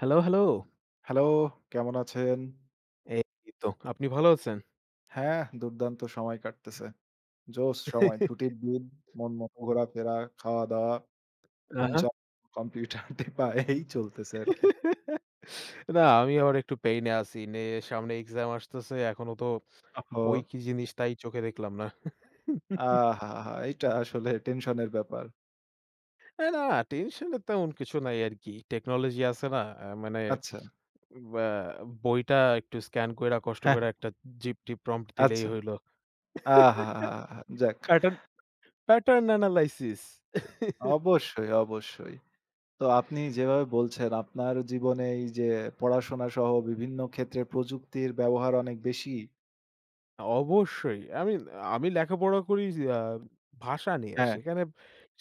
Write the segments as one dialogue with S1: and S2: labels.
S1: Hello, hello.
S2: Hello, কেমন আছেন?
S1: এই তো আপনি ভালো আছেন?
S2: হ্যাঁ, দুর্দান্ত সময় কাটতেছে। জোশ সময়। ছুটির দিন, মন মতো ঘোরাফেরা, খাওয়া-দাওয়া,
S1: আ
S2: ফোন
S1: হা।
S2: চালানো, কম্পিউটার টেপা এই চলতেছে আরকি।
S1: আমি আবার একটু পেইনে আছি। সামনে এক্সাম আসতেছে। এখনো তো
S2: ওহো!
S1: বই কি জিনিস তাই চোখে দেখলাম না।
S2: আহাহা! এইটা আসলে টেনশনের ব্যাপার।
S1: এ না টেনশনের তেমন কিছু নাই আরকি। টেকনোলজি আছে না? মানে
S2: আচ্ছা।
S1: বা বইটা একটু স্ক্যান কইরা কষ্ট
S2: হ্যাঁ,
S1: কইরা একটা GPT prompt দিলেই
S2: আচ্ছা।
S1: হইল।
S2: আহাহাহা! যাক।
S1: Pattern pattern analysis.
S2: অবশ্যই, অবশ্যই। তো আপনি যেভাবে বলছেন আপনার জীবনে এই যে পড়াশোনা সহ বিভিন্ন ক্ষেত্রে প্রযুক্তির ব্যবহার অনেক বেশি।
S1: অবশ্যই। আমি আমি লেখাপড়া করি আ ভাষা নিয়ে।
S2: হ্যাঁ।
S1: সেখানে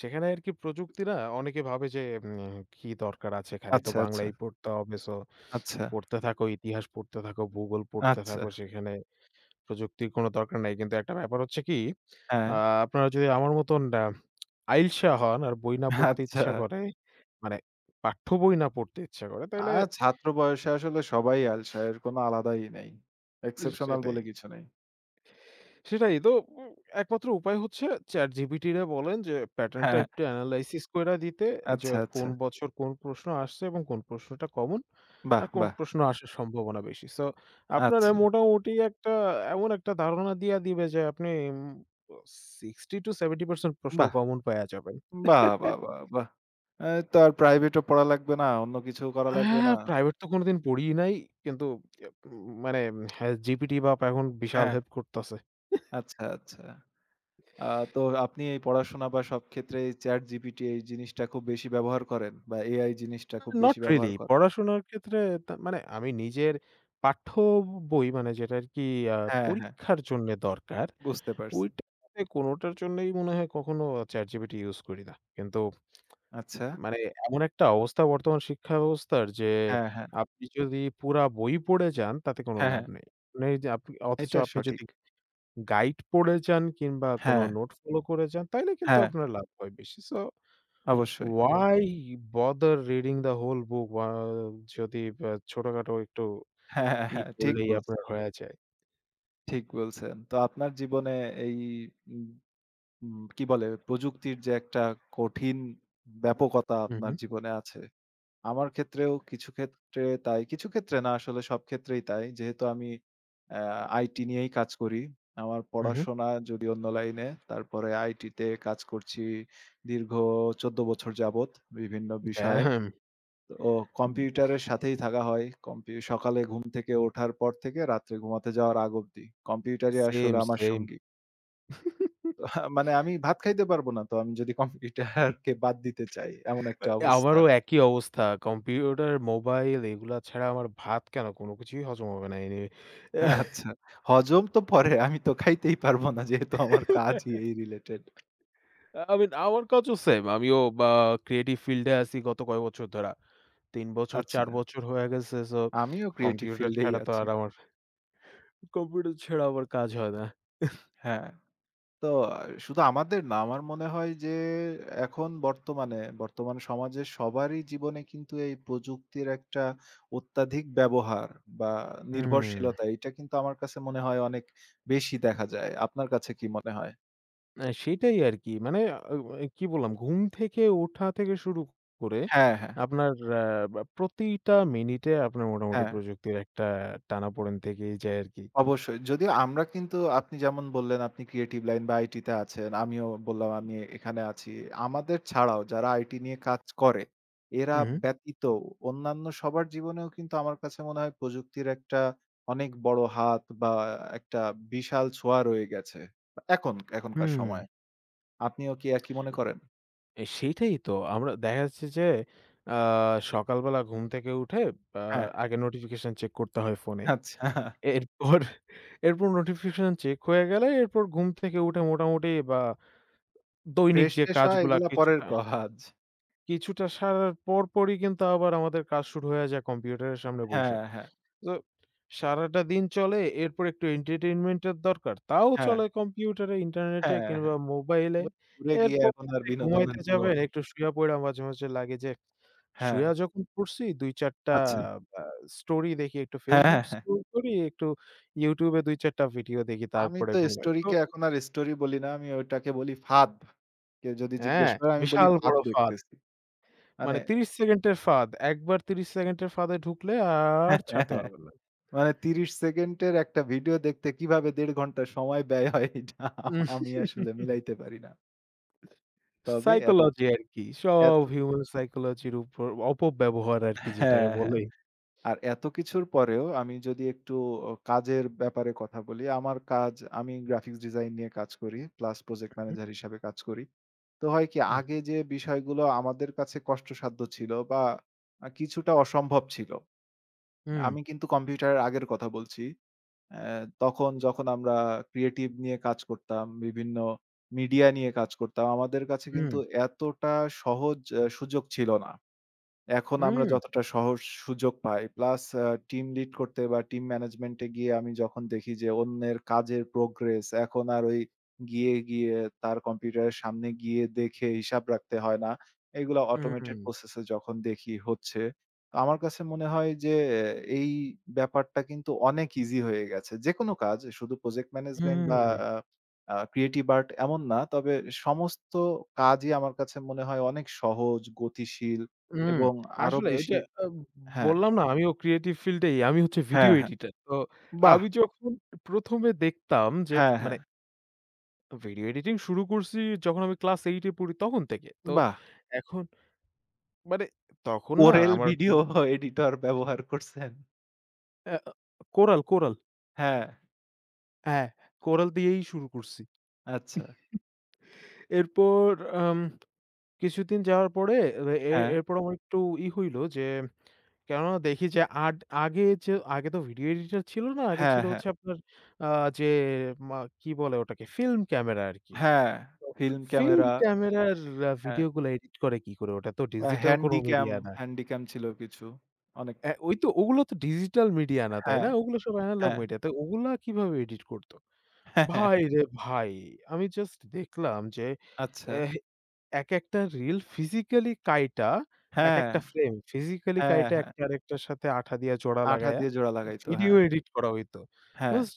S1: সেখানে আরকি প্রযুক্তি না, অনেকে ভাবে যে কি দরকার আছে, খালি তো
S2: আচ্ছা, আচ্ছা,
S1: বাংলাই পড়তে হবে। সো
S2: আচ্ছা,
S1: পড়তে থাকো, ইতিহাস পড়তে থাকো, ভূগোল পড়তে
S2: আচ্ছা।
S1: থাকো। সেখানে প্রযুক্তির কোনো দরকার নাই। কিন্তু একটা ব্যাপার হচ্ছে কি,
S2: হ্যাঁ।
S1: আ আপনারা যদি আমার মতন আইলশা হন আর বই না পড়তে
S2: আচ্ছা।
S1: ইচ্ছা করে, মানে পাঠ্য বই না পড়তে ইচ্ছা করে,
S2: আ
S1: তাইলে
S2: ছাত্র বয়সে আসলে সবাই আলসা। এর কোনো আলাদাই নেই। এক্সেপশনাল
S1: সেটাই।
S2: বলে কিছু নেই।
S1: সেটাই তো উ একমাত্র উপায় হচ্ছে ChatGPT রে বলেন যে প্যাটার্নটা
S2: হ্যাঁ,
S1: একটু এনালাইসিস কইরা দিতে, যে
S2: আচ্ছা, আচ্ছা।
S1: কোন বছর কোন প্রশ্ন আসছে এবং কোন প্রশ্নটা কমন
S2: বাহ!
S1: আর কোন
S2: বাহ!
S1: প্রশ্ন আসার সম্ভাবনা বেশি। সো আপনারা
S2: আচ্ছা।
S1: মোটামুটি এমন একটা ধারণা দিয়া দিবে যে আপনি 60 to 70% প্রশ্ন
S2: বাহ!
S1: কমন পায়া যাবেন।
S2: বাহ, বাহ, বাহ, বাহ! এ তো আর প্রাইভেটও পড়া লাগবে না, অন্য কিছুও করা লাগবে
S1: হ্যাঁ,
S2: না।
S1: প্রাইভেট তো কোনোদিন পড়িই নাই। কিন্তু এ উম মানে হ্যাঁ, GPT বাপ এখন বিশাল
S2: হ্যাঁ,
S1: হেল্প করতাছে।
S2: আচ্ছা, আচ্ছা। আ তো আপনি এই পড়াশোনা বা সব ক্ষেত্রে এই ChatGPT এই জিনিসটা খুব বেশি ব্যবহার করেন বা AI জিনিসটা খুব
S1: Not
S2: বেশি ব্যবহার
S1: really
S2: করেন।
S1: পড়াশোনার ক্ষেত্রে। মানে আমি নিজের পাঠ্য বই মানে যেটা আরকি আ
S2: হ্যাঁ, হ্যাঁ,
S1: পরীক্ষার জন্যে দরকার,
S2: বুঝতে পারছি।
S1: ওইটাতে কোনোটার জন্যই মনে হয় কখনো ChatGPT ইউজ করি না। কিন্তু
S2: আচ্ছা।
S1: মানে এমন একটা অবস্থা বর্তমান শিক্ষা ব্যবস্থার, যে
S2: হ্যাঁ, হ্যাঁ।
S1: আপনি যদি পুরা বই পড়ে যান তাতে কোনো
S2: হ্যাঁ,
S1: লাভ
S2: হ্যাঁ।
S1: নেই। মানে এই যে আপনি, অথচ
S2: এটা
S1: আপনি
S2: সঠিক।
S1: যদি গাইড পড়ে যান কিংবা কোনো
S2: হ্যাঁ,
S1: নোট ফলো করে যান, তাইলে কিন্তু
S2: হ্যাঁ,
S1: আপনার লাভ হয় বেশি। সো হুম।
S2: অবশ্যই।
S1: Why bother reading the whole book, বা যদি বা ছোটখাটো একটু
S2: হ্যাঁ, হ্যাঁ,
S1: ই
S2: হ্যাঁ।
S1: পড়লেই আপনার হয়ে যায়।
S2: ঠিক বলছেন। তো আপনার জীবনে এই উম উম কি বলে প্রযুক্তির যে একটা কঠিন ব্যাপকতা
S1: হু,
S2: আপনার
S1: হু,
S2: জীবনে আছে। আমার ক্ষেত্রেও কিছু ক্ষেত্রে তাই। কিছু ক্ষেত্রে না আসলে সব ক্ষেত্রেই তাই। যেহেতু আমি অ্যা আইটি নিয়েই কাজ করি। আমার
S1: হু, হু।
S2: পড়াশোনা যদি অন্য লাইনে, তারপরে আইটিতে কাজ করছি দীর্ঘ ১৪ বছর যাবত বিভিন্ন বিষয়ে।
S1: ড্যাম!
S2: ও কম্পিউটারের
S1: উফ
S2: সাথেই থাকা হয়। কম্পি সকালে ঘুম থেকে ওঠার পর থেকে রাত্রে ঘুমাতে যাওয়ার আগ অব্দি। কম্পিউটারই আসলে
S1: সেম,
S2: আমার
S1: সেম।
S2: সঙ্গী। তো মানে আমি ভাত খাইতে পারব না তো আমি যদি কম্পিউটারকে বাদ দিতে চাই, এমন একটা অবস্থা।
S1: আমারও একই অবস্থা। কম্পিউটার, মোবাইল এগুলা ছাড়া আমার ভাত কেন কোনো কিছুই হজম হবে না এনিওয়ে।
S2: আচ্ছা। হজম তো পরে আমি তো খাইতেই পারব না যেহেতু আমার কাজই এই রিলেটেড।
S1: I mean আমার কাছেও সেম। আমিও ক্রিয়েটিভ ফিল্ডে আছি গত কয়েক বছর ধরা। ৩ বছর
S2: আচ্ছা,
S1: ৪ বছর হয়ে গেছে। সো
S2: আমিও ক্রিয়েটিভ
S1: কম্পিউটার
S2: ফিল্ডেই
S1: ছাড়া তো
S2: আছি।
S1: আর আমার কম্পিউটার ছাড়া আমার কাজ হয় না।
S2: হ্যাঁ। তো শুধু আমাদের না আমার মনে হয় যে এখন বর্তমানে, বর্তমান সমাজে সবারই জীবনে কিন্তু এই প্রযুক্তির একটা অত্যাধিক ব্যবহার বা
S1: হুম।
S2: নির্ভরশীলতা এটা কিন্তু আমার কাছে মনে হয় অনেক বেশি দেখা যায়। আপনার কাছে কি মনে হয়?
S1: সেটাই আরকি। মানে এ কি বললাম? ঘুম থেকে ওঠা থেকে শুরু করে
S2: হ্যাঁ, হ্যাঁ,
S1: আপনার আ বা প্রতিটা মিনিটে আপনার মোটামুটি
S2: হ্যাঁ।
S1: প্রযুক্তির একটা টানাপোড়েন থেকেই যায় আরকি।
S2: অবশ্যই। যদিও আমরা কিন্তু আপনি যেমন বললেন আপনি ক্রিয়েটিভ লাইন বা আইটি তে আছেন। আমিও বললাম আমি এখানে আছি। আমাদের ছাড়াও যারা আইটি নিয়ে কাজ করে, এরা
S1: হুম, হুম।
S2: ব্যতীত অন্যান্য সবার জীবনেও কিন্তু আমার কাছে মনে হয় প্রযুক্তির একটা অনেক বড় হাত বা একটা বিশাল ছোঁয়া রয়ে গেছে। এখন এখনকার
S1: হুম,
S2: সময়ে। আপনিও কি একই মনে করেন?
S1: সেইটাই তো। আমরা দেখা যাচ্ছে যে আ সকালবেলা ঘুম থেকে উঠে আ
S2: হ্যাঁ,
S1: আগে নোটিফিকেশন চেক করতে হয় ফোনে।
S2: আচ্ছা।
S1: এরপর এরপর নোটিফিকেশন চেক হয়ে গেলে এরপর ঘুম থেকে উঠে মোটামুটি দৈনিক যে
S2: ফ্রেশ-ট্রেশ হওয়া
S1: কাজগুলা
S2: এগুলা পরের
S1: কিছুটা,
S2: কাজ।
S1: কিছুটা সারার পরপরই কিন্তু আবার আমাদের কাজ শুরু হয়ে যায় কম্পিউটারের সামনে বইসা।
S2: হ্যাঁ, হ্যাঁ,
S1: তো সারাটা দিন চলে, এরপর একটু entertainment এর দরকার। তাও
S2: হ্যাঁ,
S1: চলে কম্পিউটারে, ইন্টারনেটে
S2: হ্যাঁ,
S1: কিংবা
S2: হ্যাঁ।
S1: মোবাইলে।
S2: দূরে গিয়ে
S1: এরপর
S2: এখন আর
S1: রাতে
S2: বিনোদনের
S1: ঘুমাইতে
S2: কোনো
S1: যাবেন, একটু শুইয়া পইড়া মাঝে, মাঝে লাগে যে
S2: হ্যাঁ।
S1: শুইয়া যখন পড়ছি ২-৪ টা
S2: আচ্ছা।
S1: আ স্টোরি দেখি, একটু
S2: হ্যাঁ, হ্যাঁ,
S1: Facebook
S2: হ্যাঁ।
S1: স্ক্রল করি, একটু YouTube এ ২-৪ টা ভিডিও দেখি,
S2: আমি
S1: তারপরে
S2: তো
S1: ঘুমাই। তো
S2: স্টোরিকে এখন আর স্টোরি বলি না। আমি ওটাকে বলি ফাঁদ। কেউ যদি জিজ্ঞেস
S1: হ্যাঁ,
S2: করে আমি বলি
S1: বিশাল
S2: ফাঁদ
S1: বড় ফাঁদ।
S2: দেখতেছি। মানে
S1: মানে ৩০ সেকেন্ডের ফাঁদ। একবার ৩০ সেকেন্ডের ফাঁদে ঢুকলে আর
S2: হ্যাঁ, হ্যাঁ,
S1: ছাড়তে
S2: হ্যাঁ।
S1: পারবেন না।
S2: মানে ৩০ সেকেন্ডের একটা ভিডিও দেখতে কিভাবে ১.৫ ঘন্টা সময় ব্যয় হয় এটা
S1: উম,
S2: আমি আসলে মিলাইতে পারি না। তবে এত,
S1: সাইকোলজি আরকি। সব
S2: এত
S1: হিউমেন সাইকোলজির উপর অপব্যবহার আরকি যেটাকে
S2: হ্যাঁ, হ্যাঁ।
S1: বলে।
S2: আর এত কিছুর পরেও আমি যদি একটু কাজের ব্যাপারে কথা বলি, আমার কাজ আমি গ্রাফিক্স ডিজাইন নিয়ে কাজ করি। প্লাস প্রজেক্ট
S1: উহু,
S2: ম্যানেজার হিসাবে কাজ করি। তো হয় কি
S1: উহু,
S2: আগে যে বিষয়গুলো আমাদের কাছে কষ্টসাধ্য ছিল বা কিছুটা অসম্ভব ছিল।
S1: হুম,
S2: আমি কিন্তু কম্পিউটারের আগের কথা বলছি। অ্যা তখন যখন আমরা ক্রিয়েটিভ নিয়ে কাজ করতাম, বিভিন্ন মিডিয়া নিয়ে কাজ করতাম, আমাদের কাছে
S1: হুম,
S2: কিন্তু এতটা সহজ সুযোগ ছিল না। এখন আমরা
S1: হুম,
S2: যতটা সহজ সুযোগ পাই। প্লাস টিম লিড করতে বা টিম ম্যানেজমেন্ট এ গিয়ে আমি যখন দেখি যে অন্যের কাজের প্রোগ্রেস এখন আর ওই গিয়ে তার কম্পিউটারের সামনে গিয়ে দেখে হিসাব রাখতে হয় না। এগুলা অটোমেটেড
S1: হুম,
S2: প্রসেস এ যখন দেখি হচ্ছে। তো আমার কাছে মনে হয় যে আহ, এই ব্যাপারটা কিন্তু অনেক ইজি হয়ে গেছে। যেকোনো কাজ শুধু প্রজেক্ট ম্যানেজমেন্ট বা
S1: হুম,
S2: আ আ ক্রিয়েটিভ আর্ট এমন না। তবে সমস্ত কাজই আমার কাছে মনে হয় অনেক সহজ, গতিশীল
S1: হুম।
S2: এবং আরো
S1: আসলে ওই যে
S2: বেশি
S1: আ
S2: হ্যাঁ,
S1: বললাম না আমিও ক্রিয়েটিভ ফিল্ডেই, আমি হচ্ছে ভিডিও
S2: হ্যাঁ, হ্যাঁ।
S1: এডিটর। তো
S2: বাহ!
S1: আমি যখন ১ম এ দেখতাম যে
S2: হ্যাঁ, হ্যাঁ।
S1: মানে ভিডিও এডিটিং শুরু করছি যখন আমি ক্লাস 8 এ পড়ি তখন থেকে। তো
S2: বাহ!
S1: এখন মানে তখন না
S2: কোরেল
S1: আমার
S2: ভিডিও এডিটর ব্যবহার করছেন?
S1: আ কোরাল, কোরাল।
S2: হ্যাঁ,
S1: হ্যাঁ, কোরাল দিয়েই শুরু করছি।
S2: আচ্ছা।
S1: এরপর আম কিছুদিন যাওয়ার পরে এ এ-
S2: হ্যাঁ,
S1: এরপর আমার একটু ই হইল যে কেননা দেখি যে আগে তো ভিডিও এডিটর ছিল না। আগে
S2: হ্যাঁ,
S1: ছিল
S2: হ্যাঁ,
S1: হচ্ছে আপনার আ যে মা কি বলে ওটাকে? ফিল্ম ক্যামেরা আরকি।
S2: হ্যাঁ।
S1: তো
S2: ফিল্ম
S1: ফিল্ম
S2: ক্যামেরা,
S1: ক্যামেরার
S2: হ্যাঁ,
S1: ভিডিও গুলা এডিট করে কি করে? ওটা তো
S2: বা
S1: ডিজিটাল কোন
S2: হ্যান্ডিক্যাম,
S1: মিডিয়া না।
S2: হ্যান্ডিক্যাম ছিল কিছু। অনেক
S1: ওই তো, ওগুলো তো ডিজিটাল মিডিয়া না, তাই
S2: হ্যাঁ,
S1: না? ওগুলো সব এনালগ
S2: হ্যাঁ,
S1: মিডিয়া। তো ওগুলা কিভাবে এডিট করত?
S2: হ্যাঁ, হ্যাঁ।
S1: ভাই রে ভাই! আমি জাস্ট দেখলাম যে
S2: আচ্ছা।
S1: এহ একেকটা রিল ফিজিক্যালি কাইটা,
S2: হ্যাঁ,
S1: একেকটা ফ্রেম ফিজিক্যালি
S2: হ্যাঁ,
S1: কাইটা
S2: হ্যাঁ।
S1: একটা আরেকটার সাথে আঠা দিয়া জোড়া
S2: আঠা
S1: লাগায়া
S2: দিয়ে জোড়া লাগাইতো।
S1: ভিডিও
S2: হ্যাঁ,
S1: এডিট করা হইতো।
S2: হ্যাঁ,
S1: জাস্ট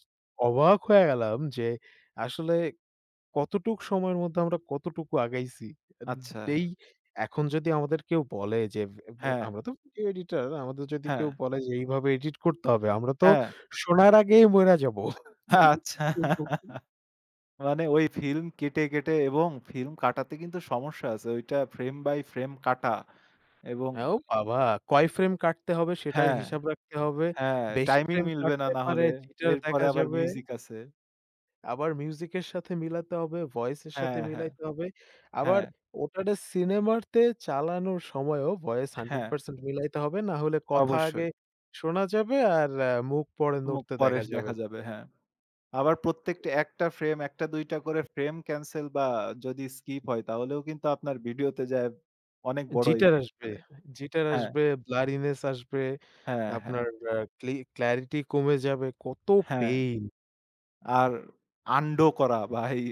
S1: অবাক হয়ে গেলাম যে আসলে কতটুক সময়ের মধ্যে আমরা কতটুকু আগাইছি। এন
S2: আচ্ছা।
S1: এই এখন যদি আমাদের কেউ বলে যে
S2: হ্যাঁ,
S1: আমরা তো ভিডিও এডিটর, আমাদের যদি
S2: হ্যাঁ,
S1: কেউ বলে যে এইভাবে এডিট করতে হবে, আমরা তো
S2: হ্যাঁ,
S1: শোনার আগেই মইরা যাবো।
S2: হ্যাঁ, আচ্ছা। মানে ওই ফিল্ম কেটে, কেটে এবং ফিল্ম কাটাতে কিন্তু সমস্যা আছে। ওইটা ফ্রেম বাই ফ্রেম কাটা এবং
S1: হ্যাঁ, ও বাবা! কয় ফ্রেম কাটতে হবে সেটার
S2: হ্যাঁ,
S1: হিসাব রাখতে হবে।
S2: হ্যাঁ,
S1: বেশি
S2: টাইমিং
S1: ফ্রেম
S2: মিলবে না,
S1: কাটলে
S2: না
S1: পারে
S2: হলে।
S1: জিটার
S2: এরপরে
S1: দেখা
S2: আবার
S1: যাবে।
S2: মিউজিক আছে।
S1: আবার মিউজিকের সাথে মিলাতে হবে, ভয়েসের সাথে
S2: হ্যাঁ, হ্যাঁ,
S1: মিলাইতে হবে। আবার
S2: হ্যাঁ,
S1: ওটারে সিনেমাতে চালানোর সময়ও ভয়েস
S2: হ্যাঁ,
S1: 100% মিলাইতে হবে। না হলে কথা
S2: অবশ্যই।
S1: আগে শোনা যাবে আর মুখ পরে
S2: মুখ
S1: নড়তে
S2: পরে
S1: দেখা যাবে।
S2: দেখা যাবে, হ্যাঁ। আবার প্রত্যেকটা একটা ফ্রেম ১ টা ২ টা করে ফ্রেম ক্যানসেল বা যদি স্কিপ হয় তাহলেও কিন্তু আপনার ভিডিওতে যায় অনেক বড়
S1: জিটার
S2: ইফেক্ট
S1: আসবে,
S2: ফেলে।
S1: জিটার
S2: হ্যাঁ,
S1: আসবে, ব্লারিনেস আসবে,
S2: হ্যাঁ, হ্যাঁ,
S1: আপনার আ ক্লি ক্লারিটি কমে যাবে। কত
S2: হ্যাঁ।
S1: পেইন!
S2: আর আন্ডো করা বা এই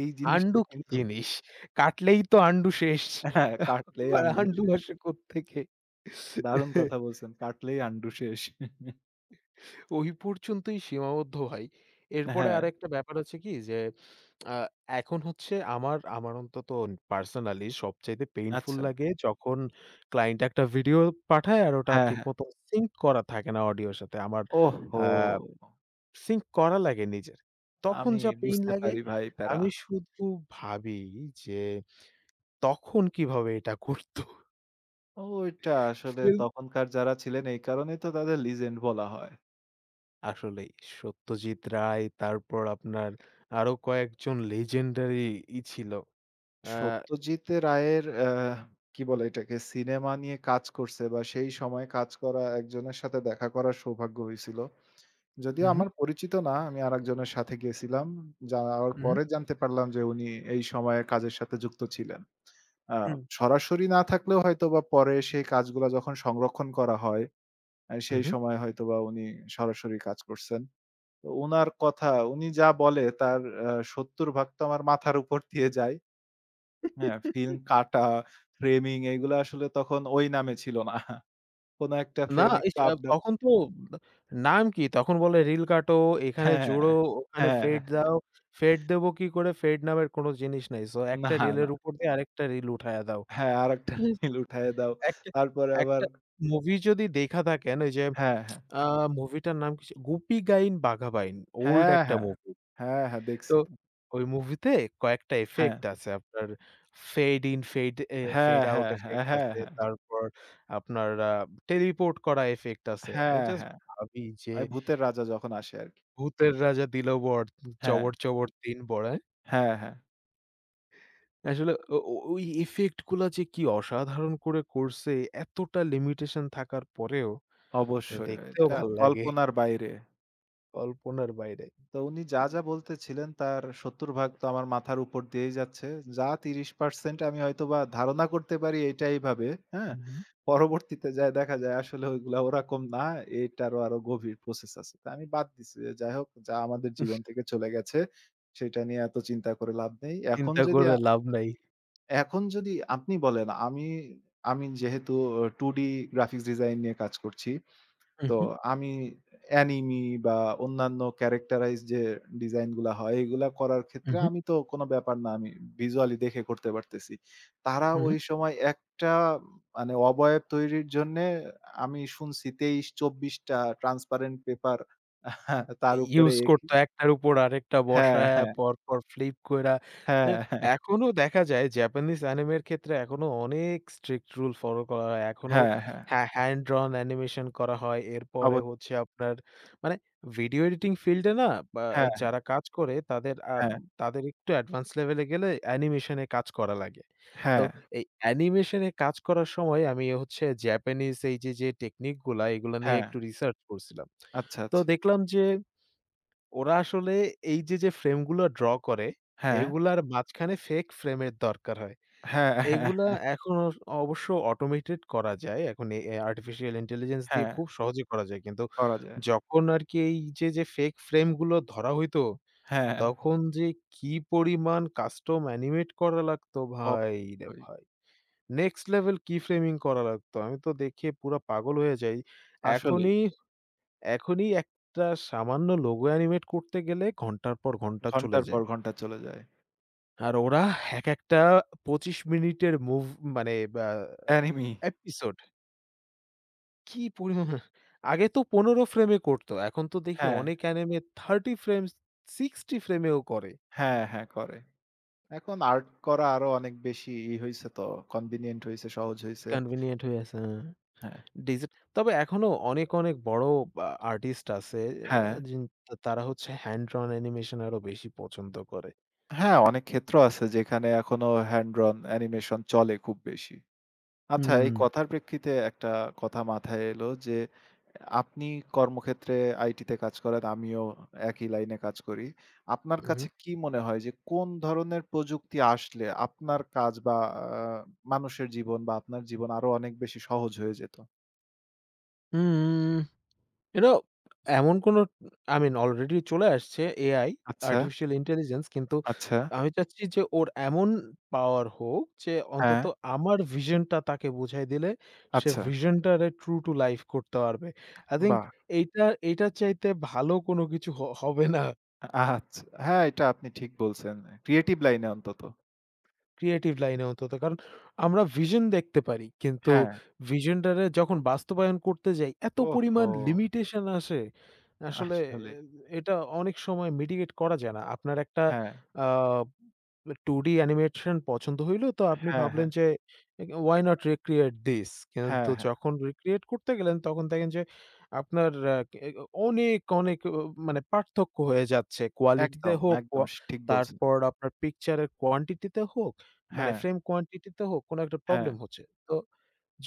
S2: এই জিনিসটা
S1: আন্ডু কি
S2: কিন্তু
S1: জিনিস? কাটলেই তো আন্ডু শেষ।
S2: হ্যাঁ, কাটলেই
S1: আবার
S2: আন্ডু
S1: আন্ডু
S2: শেষ।
S1: আসে কোত্থেকে?
S2: দারুণ কথা বলছেন। কাটলেই আন্ডু শেষ।
S1: ওই পর্যন্তই সীমাবদ্ধ ভাই। এরপরে
S2: হ্যাঁ,
S1: আরেকটা ব্যাপার আছে কি যে আ এখন হচ্ছে আমার আমার অন্তত পার্সোনালি সবচাইতে পেইনফুল
S2: আচ্ছা।
S1: লাগে যখন ক্লায়েন্ট একটা ভিডিও পাঠায় আর ওটা
S2: হ্যাঁ, হ্যাঁ।
S1: ঠিকমতো সিঙ্ক করা থাকে না অডিওর সাথে। আমার
S2: ওহহো!
S1: আ সিঙ্ক করা লাগে নিজের। তখন
S2: আমি
S1: যা পেইন
S2: বুঝতে
S1: লাগে,
S2: পারি ভাই প্যারা।
S1: আমি শুধু ভাবি যে তখন কিভাবে এটা করত?
S2: ওইটা আসলে
S1: ফিল্ম
S2: তখনকার যারা ছিলেন এই কারণেই তো তাদের লিজেন্ড বলা হয়।
S1: আসলেই সত্যজিৎ রায়, তারপর আপনার আরো কয়েকজন legendary ই ছিল। আ
S2: সত্যজিৎ রায়ের কি বলে এটাকে? সিনেমা নিয়ে কাজ করছে বা সেই সময়ে কাজ করা একজনের সাথে দেখা করার সৌভাগ্য হইছিল। যদিও
S1: উহু,
S2: আমার পরিচিত না, আমি আরেকজনের সাথে গেছিলাম। যাওয়ার
S1: উহু,
S2: পরে জানতে পারলাম যে উনি এই সময়ে কাজের সাথে যুক্ত ছিলেন। আ
S1: হুম,
S2: সরাসরি না থাকলেও হয়তোবা পরে সেই কাজগুলা যখন সংরক্ষণ করা হয়, সেই
S1: উহু।
S2: সময় হয়তোবা উনি সরাসরি কাজ করছেন। তো উনার কথা উনি যা বলে তার ৭০ ভাগ তো আমার মাথার উপর দিয়ে যায়। হ্যাঁ? ফিল্ম কাটা, ফ্রেমিং এগুলা আসলে তখন ওই নামে ছিল না। কোন একটা
S1: না
S2: ফ্রেম
S1: ইস
S2: একটু
S1: আ
S2: আপ ডাউন
S1: তখন তো নাম কি? তখন বলে রিল কাটো, এখানে
S2: হ্যাঁ,
S1: জোড়ো, ওখানে
S2: হ্যাঁ,
S1: ফেড
S2: হ্যাঁ।
S1: দাও। ফেড দেবো কি করে? ফেড নামের কোনো জিনিস নাই। সো একটা
S2: না, না।
S1: রিলের উপর দিয়ে আরেকটা রিল উঠায়া দাও।
S2: হ্যাঁ, আরেকটা
S1: হুম।
S2: রিল উঠায়ে দাও।
S1: একটা
S2: তারপরে আবার
S1: একটা মুভি যদি দেইখা থাকেন ওই যে
S2: হ্যাঁ, হ্যাঁ।
S1: আ মুভিটার নাম কি ছি, 'গুপি গাইন বাঘা বাইন'। ওল্ড
S2: হ্যাঁ,
S1: একটা
S2: হ্যাঁ।
S1: মুভি।
S2: হ্যাঁ, হ্যাঁ
S1: তো
S2: দেখছি তো।
S1: ওই মুভিতে কয়েকটা
S2: হ্যাঁ।
S1: ইফেক্ট আছে। আপনার ফেড ইন,
S2: হ্যাঁ,
S1: ফেড আউট
S2: হ্যাঁ, হ্যাঁ,
S1: ইফেক্ট
S2: হ্যাঁ,
S1: আছে।
S2: হ্যাঁ।
S1: তারপর আপনার টেলিপোর্ট করা ইফেক্ট আছে। আমি
S2: হ্যাঁ,
S1: জাস্ট
S2: হ্যাঁ।
S1: ভাবি যে
S2: ওই ভূতের রাজা যখন আসে আরকি।
S1: ভূতের রাজা দিল বর,
S2: হ্যাঁ,
S1: চবর, চবর দিন বড়ায়।
S2: হ্যাঁ, হ্যাঁ।
S1: আসলে ও ও ওই ইফেক্ট গুলা যে কি অসাধারণ করে করছে এতটা লিমিটেশন থাকার পরেও,
S2: অবশ্যই
S1: দেখতেও
S2: এটা
S1: ভাল লাগে,
S2: কল্পনার বাইরে।
S1: কল্পনার বাইরে।
S2: তো উনি যা বলতেছিলেন তার ৭০ ভাগ তো আমার মাথার উপর দিয়েই যাচ্ছে। যা ৩০% আমি হয়তোবা ধারণা করতে পারি এটা এইভাবে, হ্যাঁ?
S1: হুম।
S2: পরবর্তীতে যায়ে দেখা যায় আসলে ওইগুলা ওরকম না, এটারও আরো গভীর প্রসেস আছে। তো আমি বাদ দিছি যে যাই হোক যা আমাদের জীবন থেকে চলে গেছে সেটা নিয়ে এত চিন্তা করে লাভ নেই। এখন
S1: চিন্তা
S2: যদি
S1: করে লাভ নাই।
S2: এখন যদি আপনি বলেন আমি যেহেতু 2D গ্রাফিক্স ডিজাইন নিয়ে কাজ করছি।
S1: হু,
S2: তো
S1: হু,
S2: আমি অ্যানিমি বা অন্যান্য ক্যারেক্টারাইজ যে ডিজাইন গুলা হয় এগুলা করার
S1: হু,
S2: ক্ষেত্রে
S1: হু,
S2: আমি তো কোনো ব্যাপার না। আমি ভিজুয়ালি দেখে করতে পারতেছি। তারা
S1: হু।
S2: ওই সময় একটা মানে অবয়ব তৈরির জন্যে আমি শুনছি ২৩-২৪ টা ট্রান্সপারেন্ট পেপার
S1: ই
S2: তার উপরে
S1: ইউজ
S2: এঁকে
S1: করতো একটার উপর আরেকটা
S2: হ্যাঁ,
S1: বসায়া
S2: হ্যাঁ,
S1: পরপর ফ্লিপ কইরা।
S2: হ্যাঁ,
S1: অ্যা
S2: হ্যাঁ,
S1: এখনো দেখা যায় জাপানিজ অ্যানিমের ক্ষেত্রে এখনো অনেক স্ট্রিক্ট রুল ফলো করা হয়। এখনো
S2: হ্যাঁ, হ্যাঁ,
S1: হ্যান্ড drawn অ্যানিমেশন করা হয়। এরপরে
S2: অব
S1: হচ্ছে আপনার মানে ভিডিও এডিটিং ফিল্ডে না বা
S2: হ্যাঁ,
S1: যারা কাজ করে
S2: হ্যাঁ,
S1: তাদের একটু অ্যাডভান্স লেভেলে গেলে অ্যানিমেশন এ কাজ করা লাগে। তো
S2: হ্যাঁ,
S1: এই অ্যানিমেশন এ কাজ করার সময় আমি হচ্ছে জাপানিজ এই যে টেকনিক গুলা এগুলা নিয়ে
S2: হ্যাঁ।
S1: একটু রিসার্চ করছিলাম।
S2: আচ্ছা,
S1: তো
S2: আচ্ছা।
S1: দেখলাম যে ওরা আসলে এই যে ফ্রেম গুলো ড্র করে,
S2: হ্যাঁ,
S1: এগুলার মাঝখানে ফেক ফ্রেমের দরকার হয়।
S2: হ্যাঁ, হ্যাঁ,
S1: এগুলা এখন অস অবশ্য অটোমেটেড করা যায়। এখন এ এ আর্টিফিশিয়াল ইন্টেলিজেন্স দিয়ে
S2: হ্যাঁ,
S1: খুব সহজে করা যায়। কিন্তু
S2: করা যায়।
S1: যখন আরকি এই যে ফেক ফ্রেম গুলো ধরা হইতো,
S2: হ্যাঁ,
S1: তখন কি পরিমাণ কাস্টম অ্যানিমেট করা লাগতো ভাইরে
S2: অবশ্যই।
S1: ভাই! নেক্সট লেভেল keyframing করা লাগতো। আমি তো দেখে পুরা পাগল হয়ে যাই।
S2: আসলেই
S1: এখনই এখনই একটা সামান্য লোগো অ্যানিমেট করতে গেলে ঘন্টার পর ঘন্টা চলে
S2: ঘন্টার পর
S1: যায়।
S2: ঘন্টা চলে যায়।
S1: আর ওরা একেকটা ২৫ মিনিটের মুভ মানে বা
S2: অ্যানিমি
S1: এপিসোড কি পরিমাণ, আগে তো ১৫ ফ্রেমে করত। এখন তো দেখি
S2: হ্যাঁ,
S1: অনেক অ্যানিমে 30 ফ্রেমস 60 ফ্রেমেও করে।
S2: হ্যাঁ, হ্যাঁ, করে। এখন আর্ট করা আরো অনেক বেশি ই হইছে তো কনভিনিয়েন্ট হইছে, সহজ হইছে।
S1: কনভিনিয়েন্ট হয়ে আছে। হ্যাঁ।
S2: হ্যাঁ,
S1: ডিজি তবে এখনো অনেক, অনেক বড় আর্টিস্ট আছে,
S2: হ্যাঁ,
S1: আ যিন তারা হচ্ছে হ্যান্ড drawn অ্যানিমেশন আরো বেশি পছন্দ করে।
S2: হ্যাঁ, অনেক ক্ষেত্র আছে যেখানে এখনো হ্যান্ড রন অ্যানিমেশন চলে খুব বেশি। আচ্ছা, এই
S1: হুম।
S2: কথার প্রেক্ষিতে একটা কথা মাথায় এলো যে, আপনি কর্মক্ষেত্রে আইটিতে কাজ করেন, আমিও একই লাইনে কাজ করি। আপনার কাছে
S1: উহু।
S2: কি মনে হয় যে কোন ধরনের প্রযুক্তি আসলে আপনার কাজ বা আ মানুষের জীবন বা আপনার জীবন আরো অনেক বেশি সহজ হয়ে যেত?
S1: হুম। You know, এমন কোনো, I mean অলরেডি চলে আসছে AI,
S2: আচ্ছা,
S1: আর্টিফিশিয়াল ইন্টেলিজেন্স। কিন্তু
S2: আচ্ছা,
S1: আমি চাচ্ছি যে ওর এমন পাওয়ার হোক যে অন্তত
S2: হ্যাঁ,
S1: আমার ভিশনটা তাকে বুঝাই দিলে সে
S2: আচ্ছা,
S1: ভিশনটারে true to life করতে পারবে। I think
S2: বাহ!
S1: এইটা, এইটার চাইতে ভালো কোনো কিছু হবে না।
S2: আচ্ছা, হ্যাঁ, এটা আপনি ঠিক বলছেন। ক্রিয়েটিভ লাইনে অন্তত।
S1: ক্রিয়েটিভ লাইনে অন্তত। কারণ আমরা ভিশন দেখতে পারি। কিন্তু
S2: হ্যাঁ,
S1: ভিশনটারে যখন বাস্তবায়ন করতে যাই এত পরিমাণ
S2: ওহহো!
S1: লিমিটেশন আসে, আসলে
S2: আসলে।
S1: এ এটা অনেক সময় মিটিগেট করা যায় না। আপনার একটা
S2: হ্যাঁ,
S1: আ 2D অ্যানিমেশন পছন্দ হইলো তো আপনি
S2: হ্যাঁ, হ্যাঁ,
S1: ভাবলেন
S2: হ্যাঁ,
S1: যে why not recreate this? কিন্তু
S2: হ্যাঁ।
S1: যখন রিক্রিয়েট করতে গেলেন তখন দেখেন যে আপনার আ এ অনেক, অনেক অ মানে পার্থক্য হয়ে যাচ্ছে। কোয়ালিটিতে
S2: একদম,
S1: হোক,
S2: একদম স ঠিক বলছেন।
S1: তারপর আপনার পিকচারের কোয়ান্টিটিতে হোক। মানে
S2: হ্যাঁ,
S1: ফ্রেম কোয়ান্টিটি তে হোক কোনো একটা
S2: হ্যাঁ,
S1: প্রবলেম হচ্ছে। তো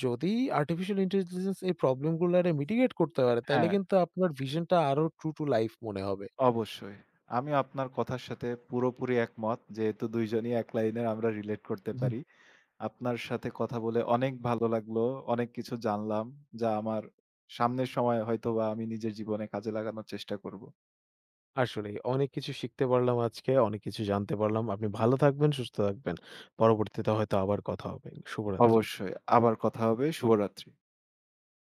S1: যদি আর্টিফিশিয়াল ইন্টেলিজেন্স এই প্রবলেম গুলারে মিটিগেট করতে পারে, তাইলে
S2: হ্যাঁ,
S1: কিন্তু আপনার ভিশনটা আরো ট্রু টু লাইফ মনে হবে।
S2: অবশ্যই। আমিও আপনার কথার সাথে পুরোপুরি একমত। যেহেতু ২ জনই এক লাইনের আমরা রিলেট করতে
S1: হুম।
S2: পারি। আপনার সাথে কথা বলে অনেক ভালো লাগলো। অনেক কিছু জানলাম যা আমার সামনের সময়ে হয়তোবা আমি নিজের জীবনে কাজে লাগানোর চেষ্টা করব।
S1: আসলেই অনেক কিছু শিখতে পারলাম আজকে, অনেক কিছু জানতে পারলাম। আপনি ভালো থাকবেন, সুস্থ থাকবেন। পরবর্তীতে হয়তো আবার কথা হবে। শুভরাত্রি।
S2: অবশ্যই আবার কথা হবে। শুভরাত্রি।